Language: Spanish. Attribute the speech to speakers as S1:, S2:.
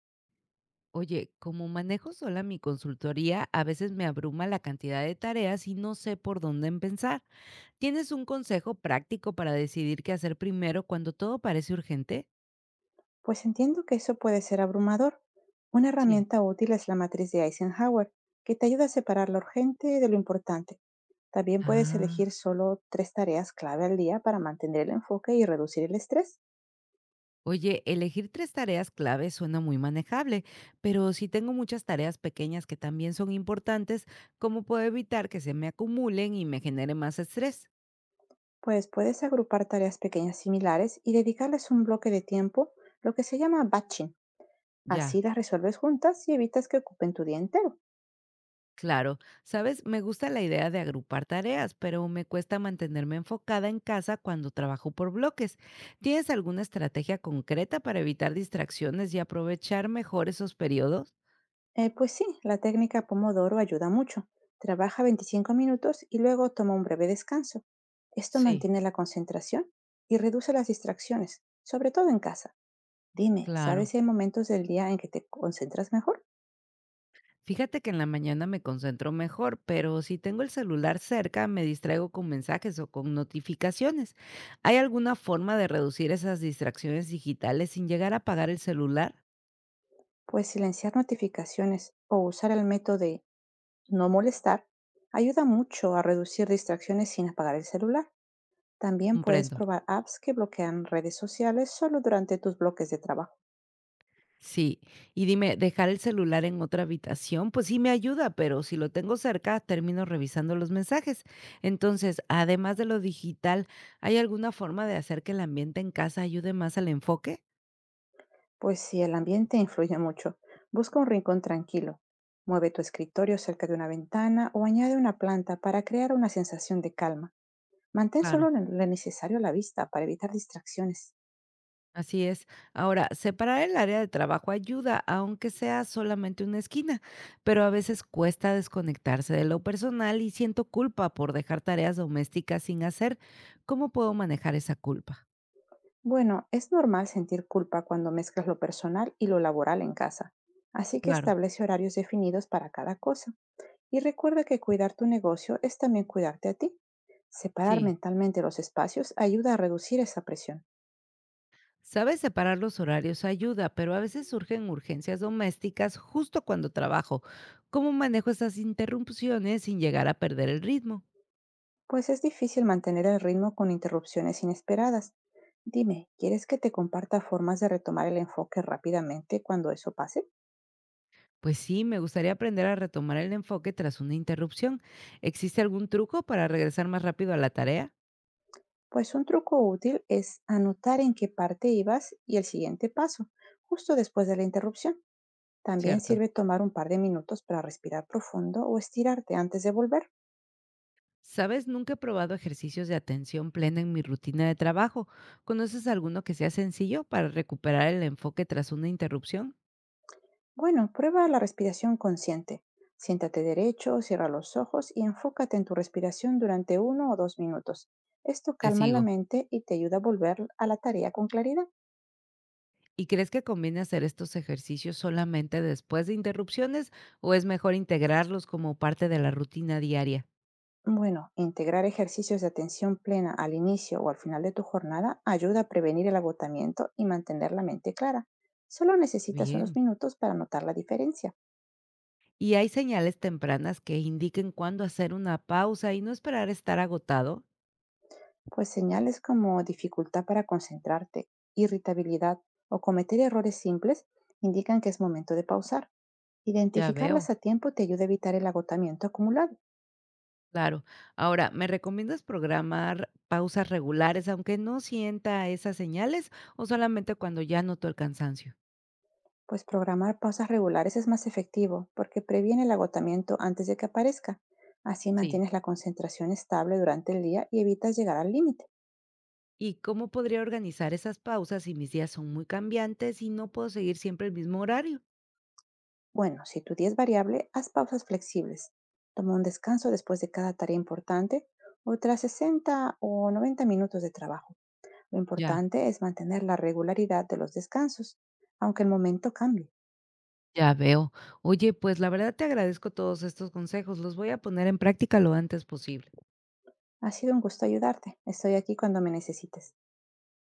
S1: Oye, como manejo sola mi consultoría, a veces me abruma la cantidad de tareas y no sé por dónde empezar. ¿Tienes un consejo práctico para decidir qué hacer primero cuando todo parece urgente?
S2: Pues entiendo que eso puede ser abrumador. Una
S1: Sí.
S2: herramienta útil es la matriz de Eisenhower, que te ayuda a separar lo urgente de lo importante. También puedes elegir
S1: Ah,
S2: solo tres tareas clave al día para mantener el enfoque y reducir el estrés.
S1: Oye, elegir tres tareas clave suena muy manejable, pero si tengo muchas tareas pequeñas que también son importantes, ¿cómo puedo evitar que se me acumulen y me genere más estrés?
S2: Pues puedes agrupar tareas pequeñas similares y dedicarles un bloque de tiempo, lo que se llama batching.
S1: Ya.
S2: Así las resuelves juntas y evitas que ocupen tu día entero.
S1: Claro, sabes, me gusta la idea de agrupar tareas, pero me cuesta mantenerme enfocada en casa cuando trabajo por bloques. ¿Tienes alguna estrategia concreta para evitar distracciones y aprovechar mejor esos periodos?
S2: Pues sí, la técnica Pomodoro ayuda mucho. Trabaja 25 minutos y luego toma un breve descanso. Esto
S1: Sí,
S2: mantiene la concentración y reduce las distracciones, sobre todo en casa. Dime, ¿sabes
S1: claro.
S2: si hay momentos del día en que te concentras mejor?
S1: Fíjate que en la mañana me concentro mejor, pero si tengo el celular cerca me distraigo con mensajes o con notificaciones. ¿Hay alguna forma de reducir esas distracciones digitales sin llegar a apagar el celular?
S2: Pues silenciar notificaciones o usar el método de no molestar ayuda mucho a reducir distracciones sin apagar el celular. También puedes
S1: Comprendo.
S2: probar apps que bloquean redes sociales solo durante tus bloques de trabajo.
S1: Sí, y dime, dejar el celular en otra habitación, pues sí me ayuda, pero si lo tengo cerca, termino revisando los mensajes. Entonces, además de lo digital, ¿hay alguna forma de hacer que el ambiente en casa ayude más al enfoque?
S2: Pues si el ambiente influye mucho, busca un rincón tranquilo. Mueve tu escritorio cerca de una ventana o añade una planta para crear una sensación de calma. Mantén solo
S1: Claro,
S2: lo necesario a la vista para evitar distracciones.
S1: así es. Ahora, separar el área de trabajo ayuda, aunque sea solamente una esquina, pero a veces cuesta desconectarse de lo personal y siento culpa por dejar tareas domésticas sin hacer. ¿Cómo puedo manejar esa culpa?
S2: Bueno, es normal sentir culpa cuando mezclas lo personal y lo laboral en casa, así que
S1: Claro,
S2: establece horarios definidos para cada cosa y recuerda que cuidar tu negocio es también cuidarte a ti. Separar
S1: sí.
S2: mentalmente los espacios ayuda a reducir esa presión.
S1: Sabes, separar los horarios ayuda, pero a veces surgen urgencias domésticas justo cuando trabajo. ¿Cómo manejo esas interrupciones sin llegar a perder el ritmo?
S2: Pues es difícil mantener el ritmo con interrupciones inesperadas. Dime, ¿quieres que te comparta formas de retomar el enfoque rápidamente cuando eso pase?
S1: Pues sí, me gustaría aprender a retomar el enfoque tras una interrupción. ¿Existe algún truco para regresar más rápido a la tarea?
S2: Pues un truco útil es anotar en qué parte ibas y el siguiente paso, justo después de la interrupción. También
S1: Cierto.
S2: sirve tomar un par de minutos para respirar profundo o estirarte antes de volver.
S1: Sabes, nunca he probado ejercicios de atención plena en mi rutina de trabajo. ¿Conoces alguno que sea sencillo para recuperar el enfoque tras una interrupción?
S2: Bueno, prueba la respiración consciente. Siéntate derecho, cierra los ojos y enfócate en tu respiración durante uno o dos minutos. Esto
S1: Te
S2: calma la
S1: sigo.
S2: mente y te ayuda a volver a la tarea con claridad.
S1: ¿Y crees que conviene hacer estos ejercicios solamente después de interrupciones o es mejor integrarlos como parte de la rutina diaria?
S2: Bueno, integrar ejercicios de atención plena al inicio o al final de tu jornada ayuda a prevenir el agotamiento y mantener la mente clara. Solo necesitas
S1: Bien.
S2: unos minutos para notar la diferencia.
S1: ¿Y hay señales tempranas que indiquen cuándo hacer una pausa y no esperar estar agotado?
S2: Pues señales como dificultad para concentrarte, irritabilidad o cometer errores simples indican que es momento de pausar.
S1: Ya
S2: Identificarlas
S1: veo,
S2: a tiempo te ayuda a evitar el agotamiento acumulado.
S1: claro. Ahora, ¿me recomiendas programar pausas regulares aunque no sienta esas señales o solamente cuando ya noto el cansancio?
S2: Pues programar pausas regulares es más efectivo porque previene el agotamiento antes de que aparezca. Así
S1: Sí.
S2: mantienes la concentración estable durante el día y evitas llegar al límite.
S1: ¿Y cómo podría organizar esas pausas si mis días son muy cambiantes y no puedo seguir siempre el mismo horario?
S2: Bueno, si tu día es variable, haz pausas flexibles. Toma un descanso después de cada tarea importante o tras 60 o 90 minutos de trabajo. Lo
S1: Ya.
S2: importante es mantener la regularidad de los descansos, aunque el momento cambie.
S1: Ya veo. Oye, pues la verdad te agradezco todos estos consejos, los voy a poner en práctica lo antes posible.
S2: Ha sido un gusto ayudarte. Estoy aquí cuando me necesites.